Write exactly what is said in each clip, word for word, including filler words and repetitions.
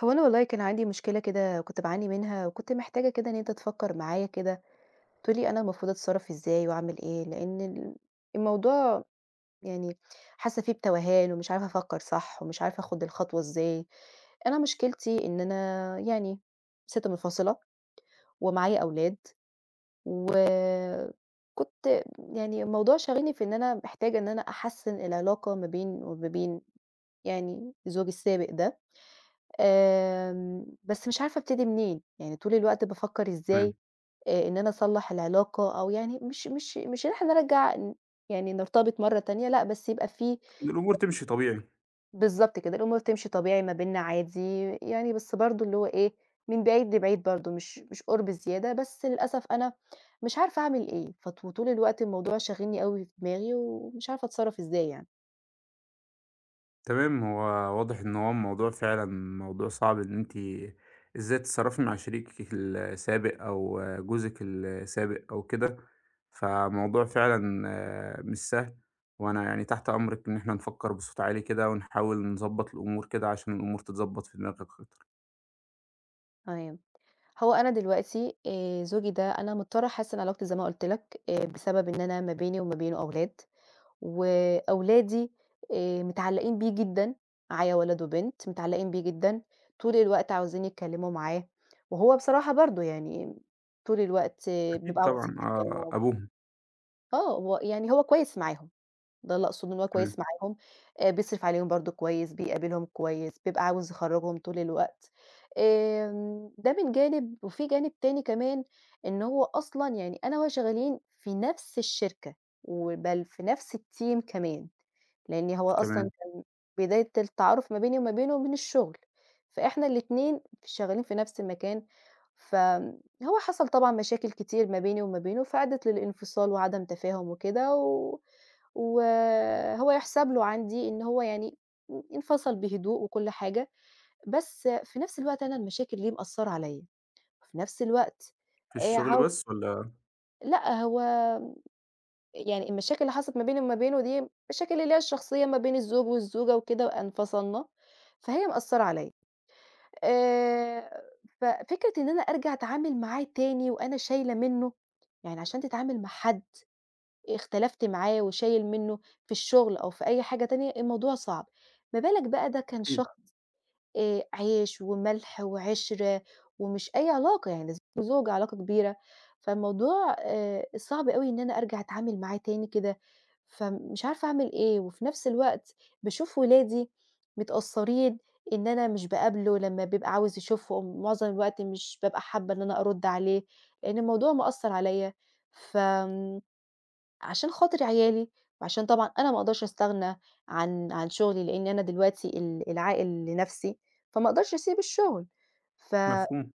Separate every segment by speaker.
Speaker 1: هو أنا والله كان عندي مشكلة كده كنت باعاني منها، وكنت محتاجة كده إن أنت تفكّر معايا كده، تقول لي أنا المفروض أتصرّف إزاي وأعمل إيه؟ لإن ال الموضوع يعني حاسة فيه بتوهان ومش عارفة أفكّر صح، ومش عارفة آخُد الخطوة إزاي. أنا مشكلتي إن أنا يعني سِت منفصلة ومعايا أولاد، وكنت يعني الموضوع شاغلني في إن أنا محتاجة إن أنا أحسّن العلاقة ما بيني وما بين يعني زوجي السابق ده. آمم، بس مش عارفة أبتدي منين، يعني طول الوقت بافكّر إزاي
Speaker 2: تمام،
Speaker 1: آآ إن أنا أصلّح العلاقة أو يعني مش مش مش إن إحنا نرجّع ن يعني نرتبط مرّة تانية لأ، بس يبقى في
Speaker 2: الأمور تمشي طبيعي،
Speaker 1: بالضبط كده، الأمور تمشي طبيعي ما بيننا عادي، يعني بس برضه اللي هو إيه، من بعيد لبعيد برضه مش مش قُرب زيادة، بس للأسف أنا مش عارفة أعمل إيه، فط وطول الوقت الموضوع شاغلني أوي في دماغي ومش عارفة أتصرّف إزاي يعني.
Speaker 2: تمام. هو واضح إن هو الموضوع فعلًا موضوع صعب، إن أنتِ إزاي تتصرّفي مع شريكِك السابق أو جوزِك السابق أو كده، فموضوع فعلًا آه، مش سهل، وأنا يعني تحت أمرِك إن إحنا نفكّر بصوت عالي كده ونحاول نضبّط الأمور كده عشان الأمور تتضبّط في دماغك أكتر.
Speaker 1: تمام. هو أنا دلوقتي آآ زوجي ده أنا مضطرة أحسّن علاقتي زي ما قُلت لك، آآ بسبب إن أنا ما بيني وما بينه أولاد، وأولادي آآ متعلّقين بيه جدًا، معايا ولد وبنت متعلّقين بيه جدًا، طول الوقت عاوزين يتكلّموا معاه، وهو بصراحة برضه يعني طول الوقت آه،
Speaker 2: أكيد
Speaker 1: بيبقى عاوز
Speaker 2: طبعًا آه،
Speaker 1: يكلّمهم
Speaker 2: أبوهم.
Speaker 1: آه، هو يعني هو كويس معاهم. ده اللي أقصده إن هو كويس
Speaker 2: تمام،
Speaker 1: معاهم، آآ بيصرف عليهم برضه كويس، بيقابلهم كويس، بيبقى عاوز يخرّجهم طول الوقت، آمم ده من جانب، وفي جانب تاني كمان إن هو أصلًا يعني أنا وهو شغالين في نفس الشركة، وبل في نفس الteam كمان، لإن هو أصلًا
Speaker 2: كمان
Speaker 1: كان بداية التعارف ما بيني وما بينه من الشغل، فإحنا الاتنين شغالين في نفس المكان، فهو حصل طبعًا مشاكل كتير ما بيني وما بينه، فأدت للانفصال وعدم تفاهم وكده و وهو يُحسَب له عندي إن هو يعني إن انفصل بهدوء وكل حاجة، بس في نفس الوقت أنا المشاكل دي مأثّرة عليّا، في نفس الوقت
Speaker 2: في
Speaker 1: آآ
Speaker 2: الشغل
Speaker 1: عاو
Speaker 2: بس والّا؟
Speaker 1: لأ، هو يعني المشاكل اللي حصلت ما بيني وما بينه دي مشاكل اللي هي الشخصية ما بين الزوج والزوجة وكده انفصلنا، فهي مأثّرة عليّا. آآ ففكرة إن أنا أرجع أتعامل معاه تاني وأنا شايلة منّه، يعني عشان تتعامل مع حد اختلفت معاه وشايل منّه في الشغل أو في أي حاجة تانية، الموضوع صعب، ما بالك بقى ده كان
Speaker 2: أكيد.
Speaker 1: شخص آآ عيش وملح وعِشرة ومش أي علاقة يعني ده زوج علاقة كبيرة، فالموضوع آآ صعب أوي إن أنا أرجع أتعامل معاه تاني كده، فمش عارفة أعمل إيه، وفي نفس الوقت باشوف ولادي متأثّرين إن أنا مش باقابله لمّا بيبقى عاوز يشوفهم، معظم الوقت مش بابقى حابة إن أنا أرُد عليه، لإن الموضوع مأثّر عليّا، ف عشان خاطر عيالي، وعشان طبعًا أنا ما أقدرش أستغنى عن عن شغلي، لإن أنا دلوقتي ال العائل لنفسي، فما أقدرش أسيب الشغل. ف
Speaker 2: مفهوم.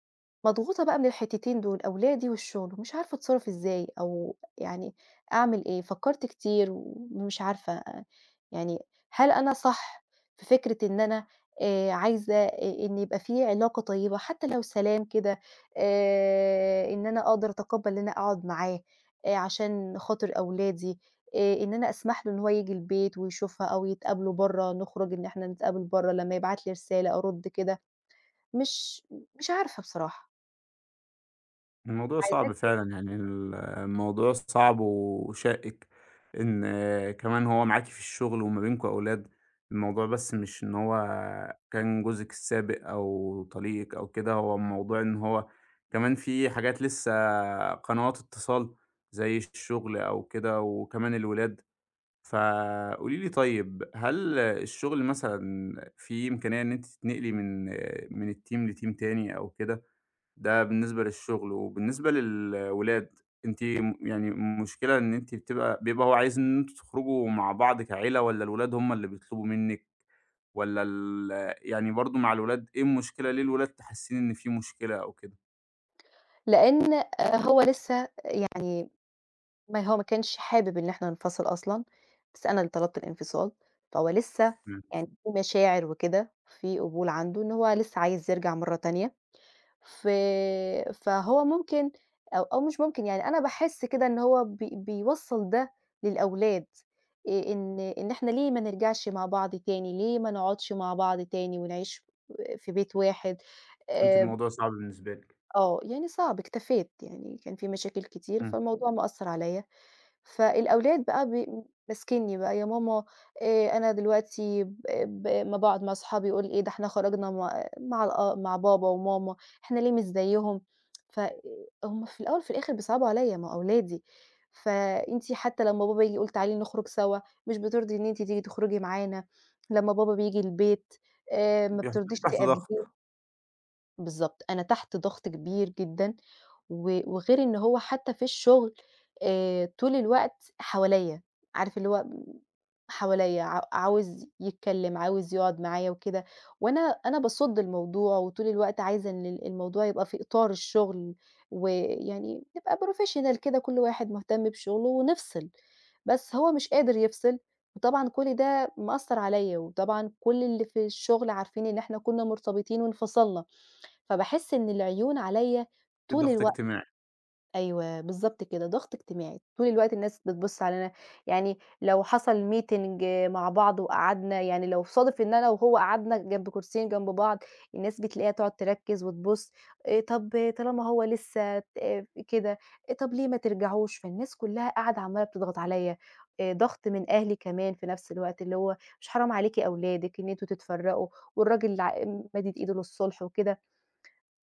Speaker 1: مضغوطة بقى من الحتتين دول، أولادي والشغل، ومش عارفة أتصرّف إزاي أو يعني أعمل إيه؟ فكّرت كتير ومش عارفة أ يعني هل أنا صح في فكرة إن أنا آآ عايزة أ إن يبقى في علاقة طيبة حتى لو سلام كده آآ إن أنا أقدر أتقبّل إن أنا أقعد معاه آآ عشان خاطر أولادي، آآ إن أنا أسمح له إن هو ييجي البيت ويشوفها أو يتقابلوا برّه، نخرج إن إحنا نتقابل برّه لمّا يبعت لي رسالة أرُد كده، مش مش عارفة بصراحة.
Speaker 2: الموضوع
Speaker 1: عايزاه
Speaker 2: صعب
Speaker 1: كده،
Speaker 2: فعلًا، يعني ال الموضوع صعب وشائِك، إن كمان هو معاكِ في الشغل وما بينكم أولاد. الموضوع بس مش إن هو كان جوزِك السابق أو طليقِك أو كده، هو الموضوع إن هو كمان في حاجات لسه، قنوات اتصال زي الشغل أو كده وكمان الولاد. فقولي لي طيب، هل الشغل مثلًا في إمكانية إن أنتِ تتنقلي من من الteam لteam تاني أو كده؟ ده بالنسبة للشغل، وبالنسبة للولاد أنتِ م يعني المشكلة إن أنتِ بتبقى بيبقى هو عايز إن أنتم تخرجوا مع بعض كعيلة، والّا الولاد هم اللي بيطلبوا منِّك، والّا ال يعني برضه مع الولاد إيه المشكلة، ليه الولاد حاسين إن في مشكلة أو كده؟
Speaker 1: لإن آآ هو لسه يعني ما هو ما كانش حابب إن إحنا ننفصل أصلًا، بس أنا اللي طلبت الانفصال، فهو لسه
Speaker 2: إمم،
Speaker 1: يعني في مشاعر وكده، في قبول عنده إن هو لسه عايز يرجع مرّة تانية، ف فهو ممكن أو أو مش ممكن يعني أنا باحس كده إن هو بي بيوصّل ده للأولاد، آآ إن إن إحنا ليه ما نرجعش مع بعض تاني، ليه ما نقعدش مع بعض تاني ونعيش في بيت واحد
Speaker 2: أنتِ
Speaker 1: آآ
Speaker 2: الموضوع صعب بالنسبة لِك.
Speaker 1: آه، يعني صعب اكتفيت، يعني كان في مشاكل كتير
Speaker 2: إمم.
Speaker 1: فالموضوع إمم. مأثّر عليَّ، فالأولاد بقى بي ماسكينّي بقى "يا ماما آآ أنا دلوقتي ب ب أمّا باقعد مع صحابي يقولوا إيه ده إحنا خرجنا مع مع الأ مع بابا وماما، إحنا ليه مش زيّهم؟" ف هُم في الأول وفي الآخر بيصعبوا عليَّ، ما هو أولادي، فأنتِ حتى لمّا بابا ييجي يقول تعالي نخرج سوا، مش بترضي إن أنتِ تيجي تخرجي معانا، لمّا بابا بييجي البيت آآ ما
Speaker 2: بيحطوكِ
Speaker 1: بترضيش
Speaker 2: تحت ضغط.
Speaker 1: تقابليه. بالضبط، أنا تحت ضغط كبير جدًا، و وغير إن هو حتى في الشغل آآ، طول الوقت حواليّا، عارف اللي هو حواليّا ع عاوز يتكلم، عاوز يقعد معايا وكده، وأنا أنا باصُد الموضوع، وطول الوقت عايزة إن ال الموضوع يبقى في إطار الشغل، ويعني نبقى professional كده كل واحد مهتم بشغله ونفصل، بس هو مش قادر يفصل، وطبعًا كل ده مأثّر عليّا، وطبعًا كل اللي في الشغل عارفين إن إحنا كنا مرتبطين وانفصلنا. فباحس إن العيون عليَّ طول
Speaker 2: ضغط
Speaker 1: الوقت
Speaker 2: اجتماعي.
Speaker 1: أيوه، بالضبط كده، ضغط اجتماعي، طول الوقت الناس بتبُص علينا، يعني لو حصل meeting مع بعض وقعدنا يعني لو صادف إن أنا وهو قعدنا جنب كرسيين جنب بعض، الناس بتلاقيها تقعد تركّز وتبُص، آآ طَب طالما هو لسه ت كده، إيه طَب ليه ما ترجعوش؟ فالناس كلّها قاعدة عمّالة بتضغط عليَّ، آآ ضغط من أهلي كمان في نفس الوقت، اللي هو مش حرام عليكِ أولادِك إن أنتم تتفرّقوا، والراجل ع مادد إيده للصلح وكده.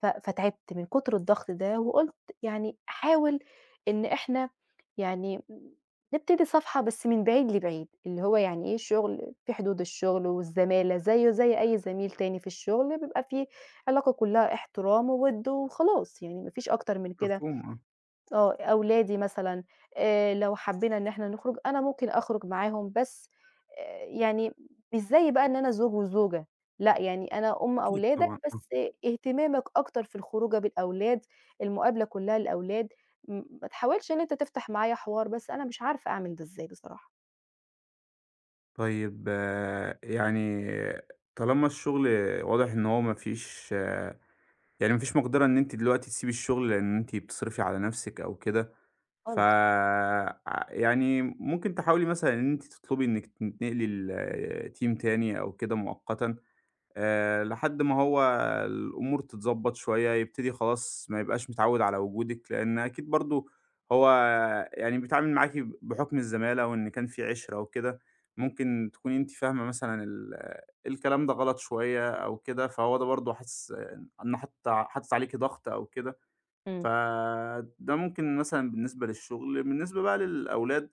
Speaker 1: ف فتعبت من كتر الضغط ده، وقُلت يعني أحاول إن إحنا يعني نبتدي صفحة بس من بعيد لبعيد، اللي هو يعني إيه شغل في حدود الشغل، والزمالة زيه زي أي زميل تاني في الشغل، بيبقى في علاقة كلّها احترام ووِد وخلاص، يعني ما فيش أكتر من كده.
Speaker 2: مفهوم آه.
Speaker 1: آه، أولادي مثلًا آآ، لو حبينا إن إحنا نخرج، أنا ممكن أخرج معاهم بس آآ، يعني مش زي بقى إن أنا زوج وزوجة، لأ يعني أنا أم
Speaker 2: أكيد
Speaker 1: أولادك
Speaker 2: طبعًا.
Speaker 1: بس اهتمامك أكتر في الخروجة بالأولاد، المقابلة كلها للأولاد، م ما تحاولش إن أنت تفتح معايا حوار، بس أنا مش عارفة أعمل ده إزاي بصراحة.
Speaker 2: طيب آآ، يعني طالما الشغل واضح إن هو ما فيش آه، يعني ما فيش مقدرة إن أنتِ دلوقتي تسيبي الشغل، لإن أنتِ بتصرفي على نفسِك أو كده، ف
Speaker 1: خالص،
Speaker 2: ع يعني ممكن تحاولي مثلًا إن أنتِ تطلبي إنِّك تنتقلي لteam تاني أو كده مؤقتًا. آآ لحد ما هو الأمور تتضبّط شوية، يبتدي خلاص ما يبقاش متعوّد على وجودِك، لإن أكيد برضه هو يعني بيتعامل معاكِ ب بحُكم الزمالة وإن كان في عِشرة وكده. ممكن تكوني أنتِ فاهمة مثلًا ال الكلام ده غلط شوية أو كده، فهو ده برضه حاسس إنه حاطط ع حاطط عليكِ ضغط أو كده.
Speaker 1: إمم.
Speaker 2: فده ممكن مثلًا بالنسبة للشُغل. بالنسبة بقى للأولاد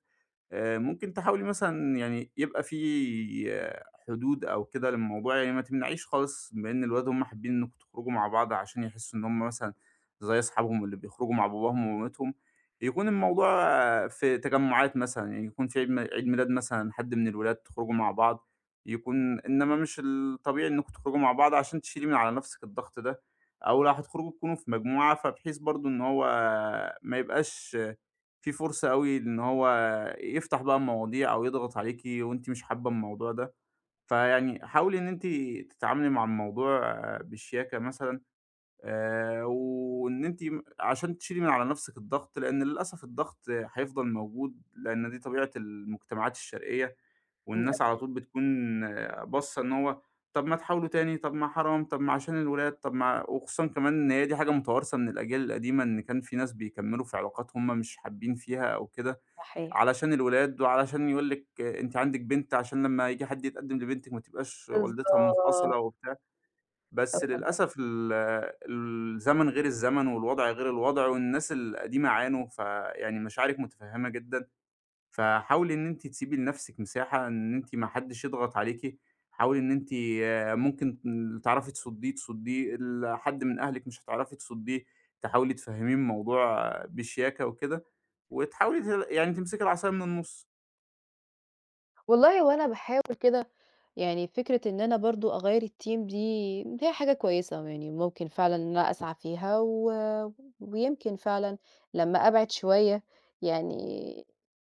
Speaker 2: آآ ممكن تحاولي مثلًا يعني يبقى في آه، حدود أو كده للموضوع، يعني ما تمنعيش خالص بما إن الولاد هُم حابين إنكم تخرجوا مع بعض، عشان يحسّوا إن هُم مثلًا زي أصحابهم اللي بيخرجوا مع باباهم ومامتهم. يكون الموضوع آه، في تجمُّعات مثلًا، يعني يكون في عيد م عيد ميلاد مثلًا حد من الولاد تخرجوا مع بعض، يكون إنّما مش الطبيعي إنّكم تخرجوا مع بعض عشان تشيلي من على نَفْسِك الضغط ده، أو لو هتخرجوا تكونوا في مجموعة، فبحيث برضه إن هو ما يبقاش في فرصة أوي إن هو يفتح بقى المواضيع أو يضغط عليكِ وأنتِ مش حابة الموضوع ده. فيعني حاولي إن أنتِ تتعاملي مع الموضوع آه، بشياكة مثلًا، آآ، وإن أنتِ م عشان تشيلي من على نفسِك الضغط، لأن للأسف الضغط هيفضل موجود، لأن دي طبيعة المجتمعات الشرقية،
Speaker 1: للأسف
Speaker 2: والناس على إمم. طول بتكون آه، باصة إن هو طب ما تحاولوا تاني، طب ما حرام، طب ما عشان الولاد، طب ما وخصوصًا كمان إن هي دي حاجة متوارثة من الأجيال القديمة، إن كان في ناس بيكمّلوا في علاقات هم مش حابين فيها أو كده،
Speaker 1: صحيح.
Speaker 2: علشان الولاد وعلشان يقول لِك أنتِ عندِك بنت، عشان لمّا ييجي حد يتقدم لبنتِك ما تبقاش
Speaker 1: بالضبط،
Speaker 2: والدتها منفصلة وبت، بس
Speaker 1: هو ده.
Speaker 2: للأسف ال الزمن غير الزمن، والوضع غير الوضع، والناس القديمة عانوا، فيعني مشاعرِك مُتفهّمة جدًا. فحاولي إن أنتِ تسيبي لنفسِك مساحة إن أنتِ ما حدّش يضغط عليكِ. حاولي إن أنتِ آه، ممكن اللي تعرفي تصُدّيه، تصُدّيه، اللي حد من أهلِك مش هتعرفي تصُدّيه، تحاولي تفهّميه الموضوع آه، بشياكة وكده، وتحاولي ت يعني تمسكي العصاية من النُص،
Speaker 1: والله وأنا باحاول كده يعني فكرة إن أنا برضه أغيّر الteam دي هي حاجة كويسة، يعني ممكن فعلًا إن أنا أسعى فيها و ويمكن فعلًا لمّا أبعد شوية يعني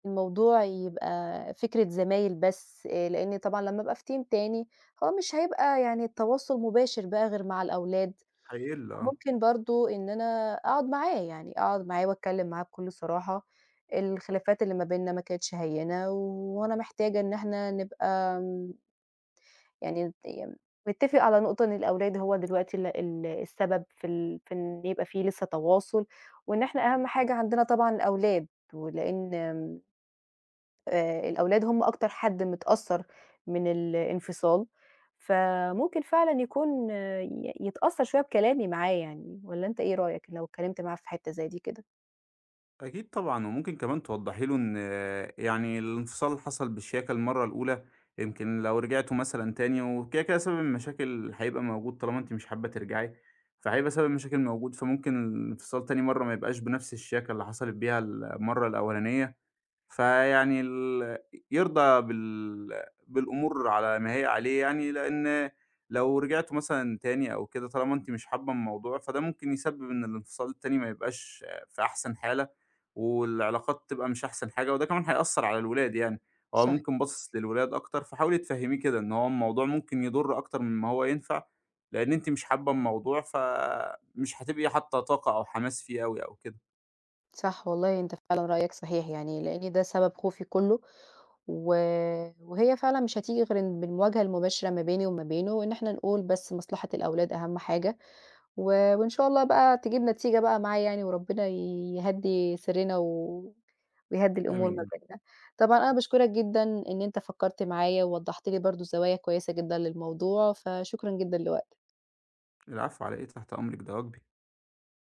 Speaker 1: الموضوع يبقى فكرة زمايل بس، آآ لإن طبعًا لمّا أبقى في team تاني هو مش هيبقى يعني التواصل مباشر بقى غير مع الأولاد،
Speaker 2: هيقِل آه.
Speaker 1: ممكن برضه إن أنا أقعد معاه، يعني أقعد معاه وأتكلّم معاه بكل صراحة، الخلافات اللي ما بيننا ما كانتش هيّنة وأنا محتاجة إن إحنا نبقى يعني ت نتّفق على نقطة إن الأولاد هو دلوقتي ال ال السبب في ال في إن يبقى في لسه تواصل، وإن إحنا أهم حاجة عندنا طبعًا الأولاد، ولإن آمم، آآ الأولاد هم أكتر حد متأثّر من الانفصال، فممكن فعلًا يكون آه، ي يتأثّر شوية بكلامي معاه يعني، والّا أنت إيه رأيك لو اتكلمت معاه في حتّة زي دي كده؟
Speaker 2: أكيد طبعًا. وممكن كمان توضّحي له إن آه، يعني الانفصال اللي حصل بالشياكة المرّة الأولى، يمكن لو رجعتوا مثلًا تاني وكده، كده سبب المشاكل هيبقى موجود طالما أنتِ مش حابة ترجعي، فهيبقى سبب المشاكل موجود، فممكن الانفصال تاني مرّة ما يبقاش بنفس الشياكة اللي حصلت بيها المرّة الأولانية. فيعني ال يرضى بال بالأمور على ما هي عليه يعني، لإن لو رجعتوا مثلًا تاني أو كده، طالما أنتِ مش حابة الموضوع، فده ممكن يسبب إن الانفصال التاني ما يبقاش آه، في أحسن حالة، والعلاقات تبقى مش أحسن حاجة، وده كمان هيأثّر على الولاد يعني. هو
Speaker 1: صح،
Speaker 2: ممكن باصص للولاد أكتر، فحاولي تفهّميه كده إن هو الموضوع ممكن يضُر أكتر مما هو ينفع، لإن أنتِ مش حابة الموضوع، فمش هتبقي حاطة طاقة أو حماس فيه أوي أو كده،
Speaker 1: صح، والله أنت فعلًا رأيك صحيح يعني، لإن ده سبب خوفي كُلّه، و وهي فعلًا مش هتيجي غير إن بالمواجهة المباشرة ما بيني وما بينه، وإن إحنا نقول بس مصلحة الأولاد أهم حاجة، و وإن شاء الله بقى تجيب نتيجة بقى معاه يعني، وربنا يهدّي سرنا و ويهدّي الأمور
Speaker 2: فاهميني
Speaker 1: ما
Speaker 2: يعني.
Speaker 1: بيننا. طبعًا أنا باشكرك جدًا إن أنت فكّرت معايا، ووضّحت لي برضه زوايا كويسة جدًا للموضوع، فشكرًا جدًا لوقتك.
Speaker 2: العفو على إيه، تحت أمرِك، ده واجبي.